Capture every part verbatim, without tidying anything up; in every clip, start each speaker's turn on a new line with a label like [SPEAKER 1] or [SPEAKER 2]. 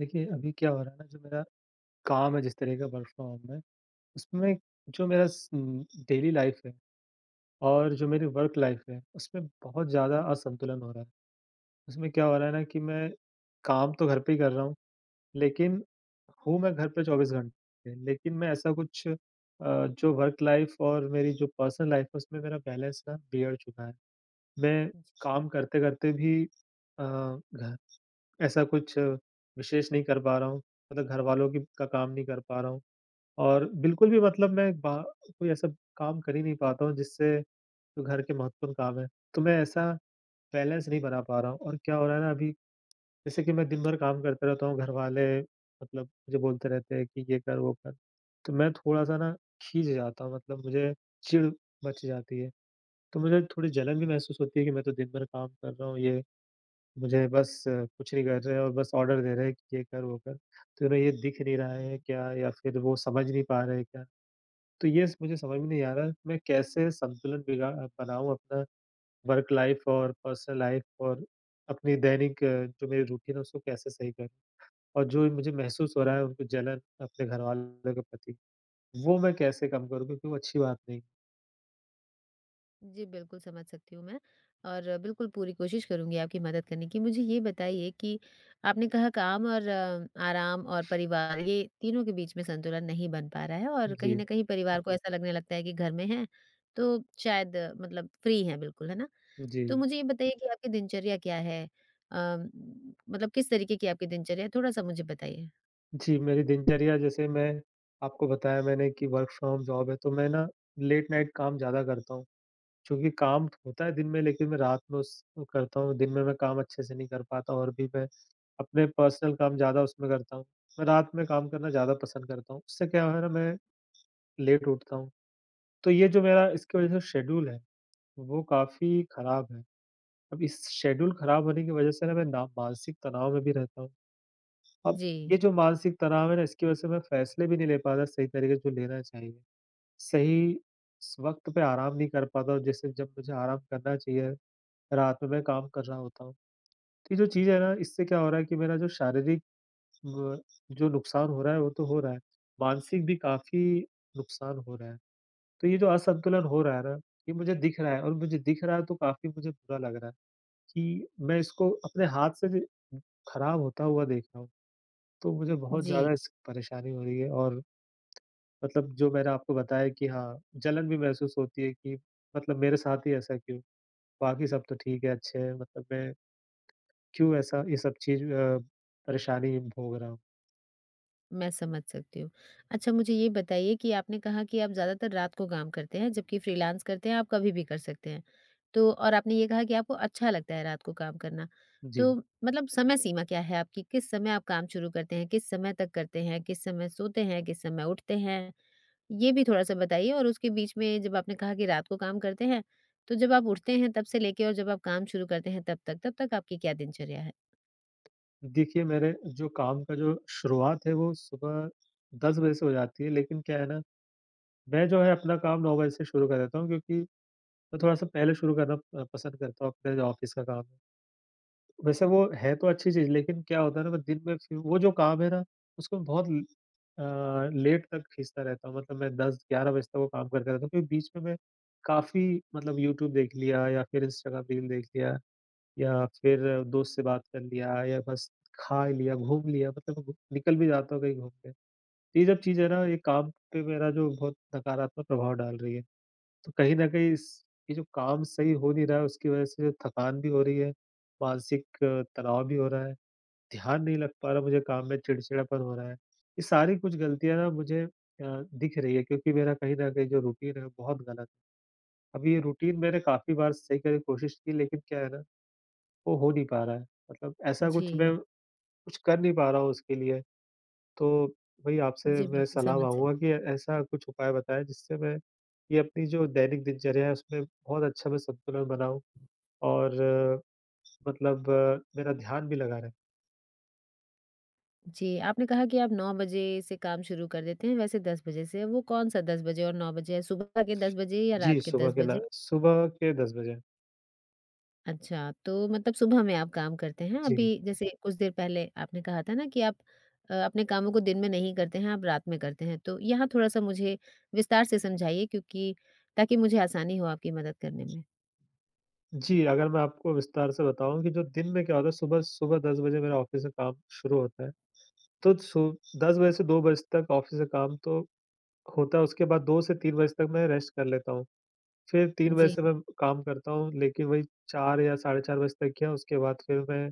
[SPEAKER 1] देखिए, अभी क्या हो रहा है ना जो मेरा काम है, जिस तरह का वर्क फ्रॉम होम है, उसमें जो मेरा स उम, डेली लाइफ़ है और जो मेरी वर्क लाइफ़ है, उसमें बहुत ज़्यादा असंतुलन हो रहा है। उसमें क्या हो रहा है ना कि मैं काम तो घर पे ही कर रहा हूँ, लेकिन हूँ मैं घर पे चौबीस घंटे, लेकिन मैं ऐसा कुछ अ, जो वर्क लाइफ़ और मेरी जो पर्सनल लाइफ़ है, उसमें मेरा बैलेंस ना बिगड़ चुका है। मैं काम करते-करते भी अ, घ ऐसा कुछ विशेष नहीं कर पा रहा हूँ, मतलब घरवालों की का काम नहीं कर पा रहा हूँ। और बिल्कुल भी मतलब मैं बा कोई ऐसा काम कर ही नहीं पाता हूँ, जिससे जो घर के महत्वपूर्ण काम है, तो मैं ऐसा बैलेंस नहीं बना पा रहा हूँ। और क्या हो रहा है ना अभी, जैसे कि मैं दिन भर काम करते रहता हूँ, घरवाले मतलब मुझे बोलते रहते हैं कि ये कर, वो कर। तो मैं थोड़ा-सा ना खींच जाता हूँ, मतलब मुझे चिढ़ मच जाती है। तो मुझे थोड़ी जलन भी महसूस होती है कि मैं तो दिन भर काम कर रहा हूँ, ये मुझे बस अ, कुछ नहीं कर रहे हैं और बस ऑर्डर दे रहे हैं कि ये कर, वो कर। तो उन्हें ये दिख नहीं रहा है क्या, या फिर वो समझ नहीं पा रहे हैं क्या? तो ये स मुझे समझ में नहीं आ रहा है, मैं कैसे संतुलन बिगा बनाऊँ अपना वर्क लाइफ़ और पर्सनल लाइफ़, और अपनी दैनिक अ, जो मेरी रूटीन है, उसको कैसे सही करूँ? और जो मुझे महसूस हो रहा है उनको जलन अपने घरवालों के प्रति, वो मैं कैसे कम करूँ, क्योंकि वो अच्छी बात नहीं है।
[SPEAKER 2] जी, बिल्कुल समझ सकती हूँ मैं और बिल्कुल पूरी कोशिश करूँगी आपकी मदद करने की। मुझे ये बताइए कि आपने कहा काम और अ, आराम और परिवार ये तीनों के बीच में संतुलन नहीं बन पा रहा है और कहीं
[SPEAKER 1] जी।
[SPEAKER 2] न कहीं परिवार को जी। ऐसा लगने लगता है कि घर में हैं, तो शायद अ, मतलब फ्री हैं बिल्कुल, है ना?
[SPEAKER 1] जी।
[SPEAKER 2] तो मुझे ये बताइए कि आपकी दिनचर्या क्या है? अ, मतलब किस तरीके की आपकी दिनचर्या है? थोड़ा-सा मुझे बताइए?
[SPEAKER 1] जी, मेरी दिनचर्या जैसे मैं आपको बताया मैंने कि वर्क फ्रॉम जॉब है, तो मैं ना लेट नाइट काम ज़्यादा करता हूँ। चूँकि काम तो होता है दिन में, लेकिन मैं रात में उस वो करता हूँ, दिन में मैं काम अच्छे से नहीं कर पाता, और भी मैं अपने पर्सनल काम ज़्यादा उसमें करता हूँ। मैं रात में काम करना ज़्यादा पसंद करता हूँ, उससे क्या है ना मैं लेट उठता हूँ। तो ये जो मेरा इसकी वजह से शेड्यूल है, वो काफ़ी खराब है। अब इस शेड्यूल खराब होने की वजह से ना मैं ना मानसिक तनाव में भी रहता हूँ। अब ये
[SPEAKER 2] जी,
[SPEAKER 1] जो मानसिक तनाव है ना, इसकी वजह से मैं फैसले भी नहीं ले पाता सही तरीके से, जो लेना चाहिए। सही स वक़्त पे आराम नहीं कर पाता, और जैसे जब मुझे आराम करना चाहिए रात में, मैं काम कर रहा होता हूँ। तो ये जो चीज़ है ना, इससे क्या हो रहा है कि मेरा जो शारीरिक व जो नुकसान हो रहा है, वो तो हो रहा है, मानसिक भी काफ़ी नुकसान हो रहा है। तो ये जो असंतुलन हो रहा है ना, ये मुझे दिख रहा है, और मुझे दिख रहा है तो काफ़ी मुझे बुरा लग रहा है, कि मैं इसको अपने हाथ से ज खराब होता हुआ देख रहा हूँ। तो मुझे बहुत
[SPEAKER 2] जी।
[SPEAKER 1] ज़्यादा इस परेशानी हो रही है। और मतलब जो मैंने आपको बताया कि हाँ, जलन भी महसूस होती है कि मतलब मेरे साथ ही ऐसा क्यों? बाकी सब तो ठीक है, अच्छे हैं, मतलब मैं क्यों ऐसा ये सब चीज़ अ, परेशानी भोग रहा हूँ?
[SPEAKER 2] मैं समझ सकती हूँ। अच्छा मुझे ये बताइए कि आपने कहा कि आप ज़्यादातर रात को काम करते हैं, जबकि फ्रीलांस करते हैं आप कभी भी कर सकते हैं। तो और आपने ये कहा कि आपको अच्छा लगता है रात को काम करना।
[SPEAKER 1] जी।
[SPEAKER 2] तो मतलब समय सीमा क्या है आपकी? किस समय आप काम शुरू करते हैं? किस समय तक करते हैं? किस समय सोते हैं? किस समय उठते हैं? ये भी थोड़ा-सा बताइए और उसके बीच में जब आपने कहा कि रात को काम करते हैं, तो जब आप उठते हैं तब से लेके और जब आप काम शुरू करते हैं तब तक, तब तक आपकी क्या दिनचर्या है?
[SPEAKER 1] देखिए, मेरे जो काम का जो शुरुआत है, वो सुबह दस बजे से हो जाती है, लेकिन क्या है ना, मैं जो है अपना काम नौ बजे से शुरू कर देता हूँ, क्योंकि मैं थोड़ा-सा पहले शुरू करना अ, पसंद करता हूँ, अपने जो ऑफ़िस का काम है। वैसे वो है तो अच्छी चीज़, लेकिन क्या होता है ना, मैं दिन में फिर वो जो काम है ना, उसको मैं बहुत ल अ, लेट तक खींचता रहता हूँ, मतलब मैं दस ग्यारह बजे तक वो काम करता रहता हूँ, क्योंकि बीच में मैं काफ़ी, मतलब यूट्यूब देख लिया, या फिर इंस्टाग्राम रील देख लिया। या फिर दोस्त से बात कर लिया, या बस खा लिया, घूम लिया, मतलब घू निकल भी जाता हूँ कहीं घूमने। तो ये जब चीज़ है ना, ये काम पे मेरा जो बहुत नकारात्मक प्रभाव डाल रही है। तो कहीं न कहीं इस ये जो काम सही हो नहीं रहा है, उसकी वजह से थकान भी हो रही है, मानसिक अ, तनाव भी हो रहा है, ध्यान नहीं लग पा रहा मुझे काम में, चिड़चिड़ापन हो रहा है। ये सारी कुछ गलतियाँ ना मुझे अ, दिख रही है, क्योंकि मेरा कहीं न कहीं जो रूटीन है बहुत गलत है। अब ये रूटीन मैंने काफ़ी बार सही करने की कोशिश की, लेकिन क्या है ना, वो हो नहीं पा रहा है। मतलब ऐसा कुछ
[SPEAKER 2] जी।
[SPEAKER 1] मैं कुछ कर नहीं पा रहा हूँ उसके लिए। तो वही आपसे
[SPEAKER 2] जी,
[SPEAKER 1] मैं
[SPEAKER 2] बिल्कुल
[SPEAKER 1] सलाह
[SPEAKER 2] समझ सक
[SPEAKER 1] माँगूँगा कि ऐसा कुछ उपाय बताएँ, जिससे मैं ये अपनी जो दैनिक दिनचर्या है, उसमें बहुत अच्छा मैं संतुलन बनाऊँ, और अ, मतलब अ, मेरा ध्यान भी लगा रहे।
[SPEAKER 2] जी, आपने कहा कि आप नौ बजे से काम शुरू कर देते हैं, वैसे दस बजे से, वो कौन-सा दस बजे और नौ बजे है? सुबह के दस बजे या
[SPEAKER 1] जी,
[SPEAKER 2] रात के
[SPEAKER 1] सुबह
[SPEAKER 2] दस
[SPEAKER 1] के ना,
[SPEAKER 2] बजे?
[SPEAKER 1] सुबह के दस बजे।
[SPEAKER 2] अच्छा, तो मतलब सुबह में आप काम करते हैं। अभी
[SPEAKER 1] जी।
[SPEAKER 2] जैसे कुछ देर पहले आपने कहा था ना कि आप अ, अपने कामों को दिन में नहीं करते हैं, आप रात में करते हैं, तो यहाँ थोड़ा-सा मुझे विस्तार से समझाइए क्योंकि ताकि मुझे आसानी हो आपकी मदद करने में।
[SPEAKER 1] जी, अगर मैं आपको विस्तार से बताऊँ कि जो दिन में क्या होता है, सुबह सुबह दस बजे मेरा ऑफ़िस का काम शुरू होता है। तो सु दस बजे से दो बजे तक ऑफ़िस का काम तो होता है, उसके बाद दो से तीन बजे तक मैं रेस्ट कर लेता हूँ। फिर तीन बजे
[SPEAKER 2] जी,
[SPEAKER 1] से मैं काम करता हूँ, लेकिन वही चार या साढ़े चार बजे तक किया, उसके बाद फिर मैं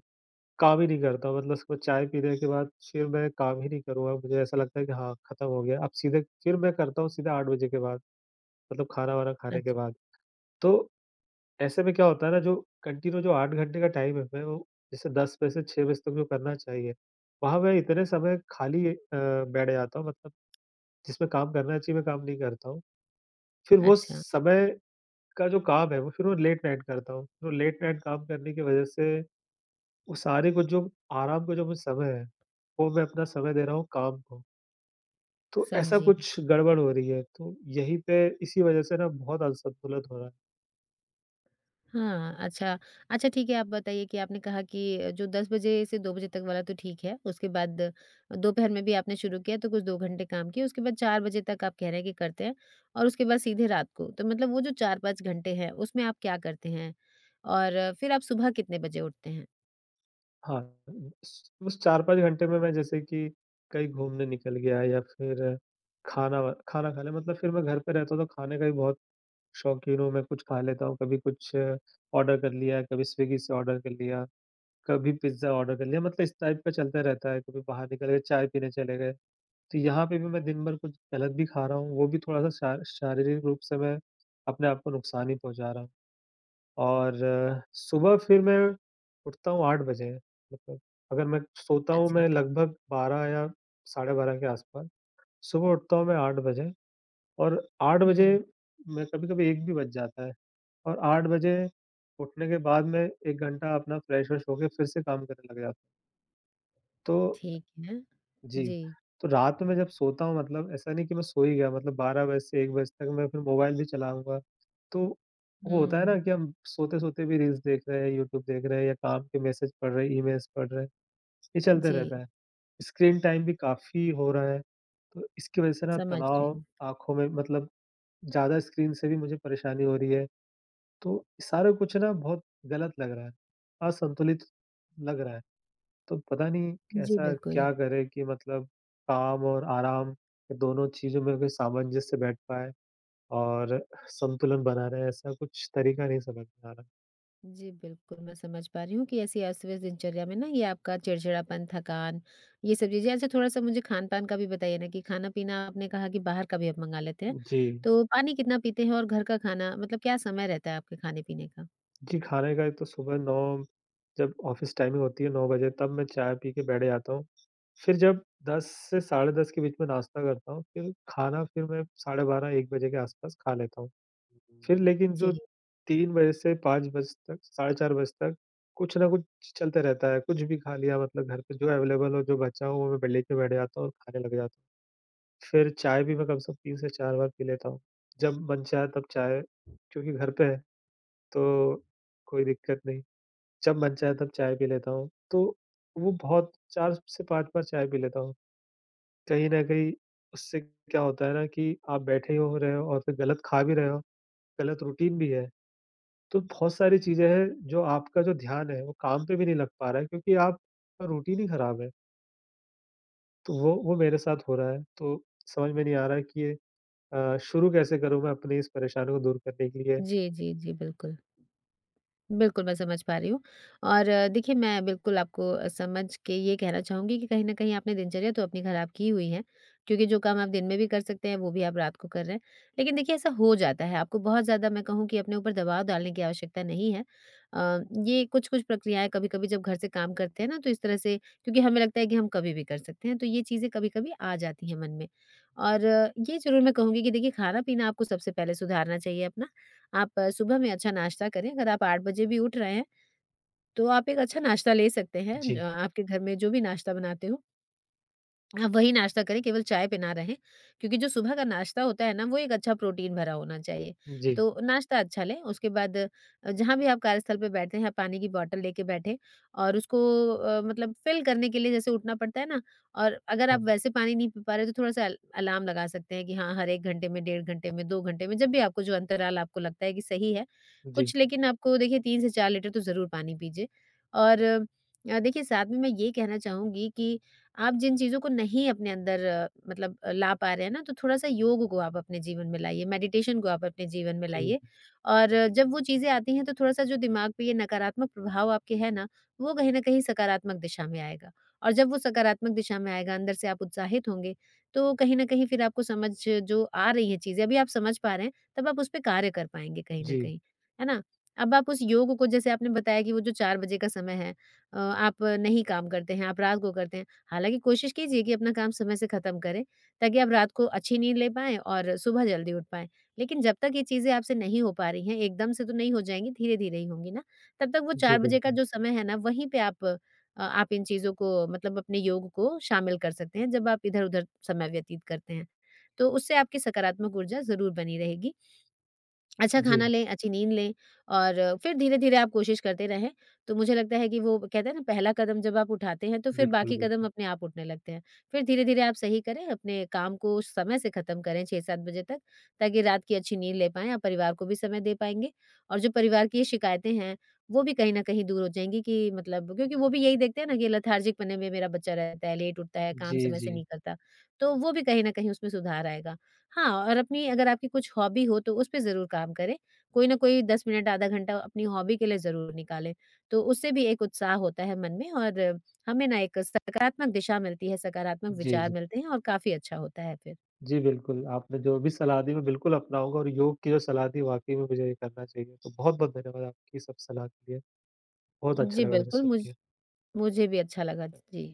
[SPEAKER 1] काम ही नहीं करता। हूँ। मतलब उसको चाय पीने के बाद फिर मैं काम ही नहीं करूँगा। मुझे ऐसा लगता है कि हाँ, खत्म हो गया। अब सीधे फिर मैं करता हूँ सीधा आठ बजे के बाद, मतलब खाना-वाना खाने के
[SPEAKER 2] अच्छा,
[SPEAKER 1] बाद। तो ऐसे में क्या होता है ना, जो कंटिन्यू जो आठ घंटे का टाइम है, मैं वो जैसे दस बजे से छह बजे तक जो करना चाहिए, वहाँ मैं इतने समय खाली अ, बैठ जाता हूँ, मतलब जिसमें काम करना चाहिए, मैं काम नहीं करता हूँ। फिर वो
[SPEAKER 2] अच्छा,
[SPEAKER 1] समय का जो काम है वो फिर वो लेट नाइट करता हूँ। तो लेट नाइट काम करने की वजह से, वो सारे को जो आराम का जो मुझे समय है, वो मैं अपना समय दे रहा हूँ काम को। तो ऐसा
[SPEAKER 2] समझी।
[SPEAKER 1] कुछ गड़बड़ हो रही है, तो यहीं पे इसी वजह से ना बहुत असंतुलन हो रहा है।
[SPEAKER 2] हाँ, अच्छा। अच्छा ठीक है, आप बताइए कि आपने कहा कि जो दस बजे से दो बजे तक वाला तो ठीक है, उसके बाद दोपहर में भी आपने शुरू किया तो कुछ दो घंटे काम किए, उसके बाद चार बजे तक आप कह रहे हैं कि करते हैं और उसके बाद सीधे रात को। तो मतलब वो जो चार पाँच घंटे हैं, उसमें आप क्या करते हैं? और फिर आप सुबह कितने बजे उठते हैं?
[SPEAKER 1] हाँ, उस उस चार पाँच घंटे में मैं, जैसे कि कहीं घूमने निकल गया, या फिर खाना व खाना खा लिया, मतलब फिर मैं घर पे रहता हूँ तो खाने का भी बहुत शौकीन हूँ, मैं कुछ खा लेता हूँ, कभी कुछ ऑर्डर कर लिया, कभी स्विगी से ऑर्डर कर लिया। कभी पिज़्ज़ा ऑर्डर कर लिया, मतलब इस टाइप का चलता रहता है। कभी बाहर निकल गए, चाय पीने चले गए। तो यहाँ पे भी मैं दिन भर कुछ गलत भी खा रहा हूँ, वो भी थोड़ा-सा शा शारीरिक रूप से मैं अपने आप को नुकसान ही पहुँचा रहा हूँ। और अ, सुबह फिर मैं उठता हूँ आठ बजे, मतलब अगर मैं सोता हूँ,
[SPEAKER 2] अच्छा।
[SPEAKER 1] मैं लगभग बारह या साढ़े बारह के आस-पास। सुबह उठता हूँ मैं आठ बजे, और आठ बजे
[SPEAKER 2] हुँ।
[SPEAKER 1] मैं कभी-कभी एक भी बज जाता है, और आठ बजे उठने के बाद मैं एक घंटा अपना फ्रेश-व्रेश होके फिर से काम करने लग जाता हूँ। तो
[SPEAKER 2] ठीक है।
[SPEAKER 1] जी।
[SPEAKER 2] जी।
[SPEAKER 1] तो रात में मैं जब सोता हूँ, मतलब ऐसा नहीं कि मैं सो ही गया, मतलब बारह बजे से एक बजे तक मैं फिर मोबाइल भी चलाऊँगा। तो वो होता है ना
[SPEAKER 2] हुँ।
[SPEAKER 1] कि हम सोते-सोते भी रील्स देख रहे हैं, यूट्यूब देख रहे हैं, या काम के मैसेज पढ़ रहे हैं, ईमेल्स पढ़ रहे हैं, ये चलते
[SPEAKER 2] जी,
[SPEAKER 1] रहता है। स्क्रीन टाइम भी काफ़ी हो रहा है, तो इसकी वजह से ना
[SPEAKER 2] समझ रही
[SPEAKER 1] तनाव
[SPEAKER 2] हूँ।
[SPEAKER 1] आँखों में, मतलब ज़्यादा स्क्रीन से भी मुझे परेशानी हो रही है। तो सारा कुछ ना बहुत गलत लग रहा है, असंतुलित लग रहा है। तो पता नहीं
[SPEAKER 2] जी,
[SPEAKER 1] कैसा
[SPEAKER 2] बिल्कुल।
[SPEAKER 1] क्या करे, कि मतलब काम और आराम, ये दोनों चीज़ों में कोई सामंजस्य बैठ पाए और संतुलन बना रहे, ऐसा कुछ तरीका नहीं समझ में आ रहा।
[SPEAKER 2] जी, बिल्कुल, मैं समझ पा रही हूँ कि ऐसी अस्त-व्यस्त दिनचर्या में ना ये आपका चिड़चिड़ापन, थकान, ये सब चीज़ें अच्छा थोड़ा-सा मुझे खान-पान का भी बताइए ना कि खाना-पीना आपने कहा कि बाहर का भी आप मँगा लेते हैं।
[SPEAKER 1] जी।
[SPEAKER 2] तो पानी कितना पीते हैं और घर का खाना मतलब क्या समय रहता है आपके खाने-पीने का?
[SPEAKER 1] जी, खाने का एक तो सुबह नौ, जब ऑफ़िस टाइमिंग होती है नौ बजे, तब मैं चाय पी के बैठ जाता हूँ। फिर जब दस से साढ़े दस के बीच में नाश्ता करता हूँ, फिर खाना फिर मैं साढ़े बारह एक बजे के आस-पास खा लेता हूँ। फिर लेकिन जो
[SPEAKER 2] जी।
[SPEAKER 1] तीन बजे से पाँच बजे तक, साढ़े चार बजे तक, कुछ ना कुछ चलते रहता है। कुछ भी खा लिया, मतलब घर पे जो अवेलेबल हो, जो बचा हो, वो मैं ब लेके बैठ जाता हूँ और खाने लग जाता हूँ। फिर चाय भी मैं कम से कम तीन से चार बार पी लेता हूँ। जब मन चाहे तब चाय, क्योंकि घर पे है, तो कोई दिक्कत नहीं। जब मन चाहे तब चाय पी लेता हूँ। तो वो बहुत चार से पाँच बार चाय पी लेता हूँ। कहीं न कहीं उससे क्या होता है ना कि आप बैठे ही हो रहे हो और फिर गलत खा भी रहे हो, गलत रूटीन भी है। तो बहुत सारी चीज़ें हैं, जो आपका जो ध्यान है, वो काम पे भी नहीं लग पा रहा है, क्योंकि आपका रूटीन ही खराब है। तो वो वो मेरे साथ हो रहा है, तो समझ में नहीं आ रहा है कि ये अ, शुरू कैसे करूँ मैं अपनी इस परेशानी को दूर करने के लिए?
[SPEAKER 2] जी, जी, जी, बिल्कुल। बिल्कुल, मैं समझ पा रही हूँ और अ, देखिए, मैं बिल्कुल आपको अ, समझ के ये कहना चाहूँगी कि कहीं न कहीं आपने दिनचर्या तो अपनी खराब की हुई है, क्योंकि जो काम आप दिन में भी कर सकते हैं, वो भी आप रात को कर रहे हैं। लेकिन देखिए, ऐसा हो जाता है, आपको बहुत ज़्यादा मैं कहूँ कि अपने ऊपर दबाव डालने की आवश्यकता नहीं है। अ, ये कुछ-कुछ प्रक्रियाएँ कभी-कभी जब घर से काम करते हैं ना, तो इस तरह से क्योंकि हमें लगता है कि हम कभी भी कर सकते हैं, तो ये चीज़ें कभी-कभी आ जाती हैं मन में। और अ, ये ज़रूर मैं कहूँगी कि देखिए, खाना-पीना आपको सबसे पहले सुधारना चाहिए अपना। आप अ, सुबह में अच्छा नाश्ता करें, अगर आप आठ बजे भी उठ रहे हैं, तो आप एक अच्छा नाश्ता ले सकते हैं। अ,
[SPEAKER 1] जी,
[SPEAKER 2] आपके घर में जो भी नाश्ता बनाते हो अब वही नाश्ता करें, केवल चाय पे ना रहें, क्योंकि जो सुबह का नाश्ता होता है ना, वो एक अच्छा प्रोटीन भरा होना चाहिए।
[SPEAKER 1] जी,
[SPEAKER 2] तो नाश्ता अच्छा लें, उसके बाद अ, जहाँ भी आप कार्यस्थल पे बैठते हैं, आप पानी की बॉटल लेके बैठें और उसको अ, मतलब फ़िल करने के लिए जैसे उठना पड़ता है ना और अगर
[SPEAKER 1] हाँ,
[SPEAKER 2] आप वैसे पानी नहीं पी पा रहे, तो थोड़ा-सा अल अलार्म लगा सकते हैं कि हाँ, हर एक घंटे में, डेढ़ घंटे में, दो घंटे में, जब भी आपको जो अंतराल आपको लगता है कि सही है,
[SPEAKER 1] जी,
[SPEAKER 2] कुछ लेकिन आपको देखिए तीन से चार लीटर तो ज़रूर पानी पीजिए और अ, देखिए साथ में मैं ये कहना चाहूँगी कि आप जिन चीज़ों को नहीं अपने अंदर अ, मतलब अ, ला पा रहे हैं ना, तो थोड़ा-सा योग को आप अपने जीवन में लाइए, मेडिटेशन को आप अपने जीवन में
[SPEAKER 1] जी,
[SPEAKER 2] लाइए और अ, जब वो चीज़ें आती हैं, तो थोड़ा-सा जो दिमाग पे ये नकारात्मक प्रभाव आपके है ना, वो कहीं न कहीं सकारात्मक दिशा में आएगा और जब वो सकारात्मक दिशा में आएगा, अंदर से आप उत्साहित होंगे, तो कहीं न कहीं फिर आपको समझ जो आ रही हैं चीज़ें, अभी आप समझ पा रहे हैं, तब आप उस पे कार्य कर पाएँगे कहीं न
[SPEAKER 1] जी,
[SPEAKER 2] कहीं, है ना? अब आप उस योग को जैसे आपने बताया कि वो जो चार बजे का समय है अ, आप नहीं काम करते हैं, आप रात को करते हैं। हालाँकि कोशिश कीजिए कि अपना काम समय से ख़त्म करें, ताकि आप रात को अच्छी नींद ले पाएँ और सुबह जल्दी उठ पाएँ। लेकिन जब तक ये चीज़ें आपसे नहीं हो पा रही हैं, एकदम से तो नहीं हो जाएँगी, धीरे-धीरे ही होंगी ना, तब तक वो
[SPEAKER 1] जी,
[SPEAKER 2] चार बजे का
[SPEAKER 1] बिल्कुल।
[SPEAKER 2] जो समय है ना, वहीं पे आप अ, आप इन चीज़ों को मतलब अपने योग को शामिल कर सकते हैं, जब आप इधर-उधर समय व्यतीत करते हैं। तो उससे आपकी सकारात्मक ऊर्जा ज़रूर बनी रहेगी। अच्छा खाना
[SPEAKER 1] जी,
[SPEAKER 2] लें, अच्छी नींद लें और फिर धीरे-धीरे आप कोशिश करते रहें, तो मुझे लगता है कि वो कहते हैं ना पहला कदम जब आप उठाते हैं तो फिर
[SPEAKER 1] बिल्कुल,
[SPEAKER 2] बाकी कदम
[SPEAKER 1] बिल्कुल।
[SPEAKER 2] अपने आप उठने लगते हैं। फिर धीरे-धीरे आप सही करें, अपने काम को समय से ख़त्म करें छह सात बजे तक, ताकि रात की अच्छी नींद ले पाएँ, आप परिवार को भी समय दे पाएँगे और जो परिवार की ये शिकायतें हैं, वो भी कहीं न कहीं दूर हो जाएँगी कि मतलब क्योंकि वो भी यही देखते हैं ना कि लेथार्जिक पने में मेरा बच्चा रहता है, लेट उठता है, काम
[SPEAKER 1] जी,
[SPEAKER 2] समय से
[SPEAKER 1] जी,
[SPEAKER 2] नहीं करता, तो वो भी कहीं न कहीं उसमें सुधार आएगा। हाँ, और अपनी अगर आपकी कुछ हॉबी हो तो उसपे ज़रूर काम करें। कोई न कोई दस मिनट आधा घंटा अपनी हॉबी के लिए ज़रूर निकालें। तो उससे भी एक उत्साह होता है मन में और हमें ना एक सकारात्मक दिशा मिलती है, सकारात्मक
[SPEAKER 1] जी,
[SPEAKER 2] विचार
[SPEAKER 1] जी।
[SPEAKER 2] मिलते हैं और काफ़ी अच्छा होता है फिर।
[SPEAKER 1] जी, बिल्कुल, आपने जो भी सलाह दी मैं बिल्कुल अपनाऊँगा, और योग की जो सलाह दी वाक़ई में मुझे ये करना चाहिए। तो बहुत-बहुत धन्यवाद आपकी सब सलाह के लिए, बहुत अच्छा
[SPEAKER 2] जी,
[SPEAKER 1] लगा मुझे
[SPEAKER 2] बिल्कुल
[SPEAKER 1] सुन
[SPEAKER 2] मुझ
[SPEAKER 1] के।
[SPEAKER 2] मुझे भी अच्छा लगा। जी।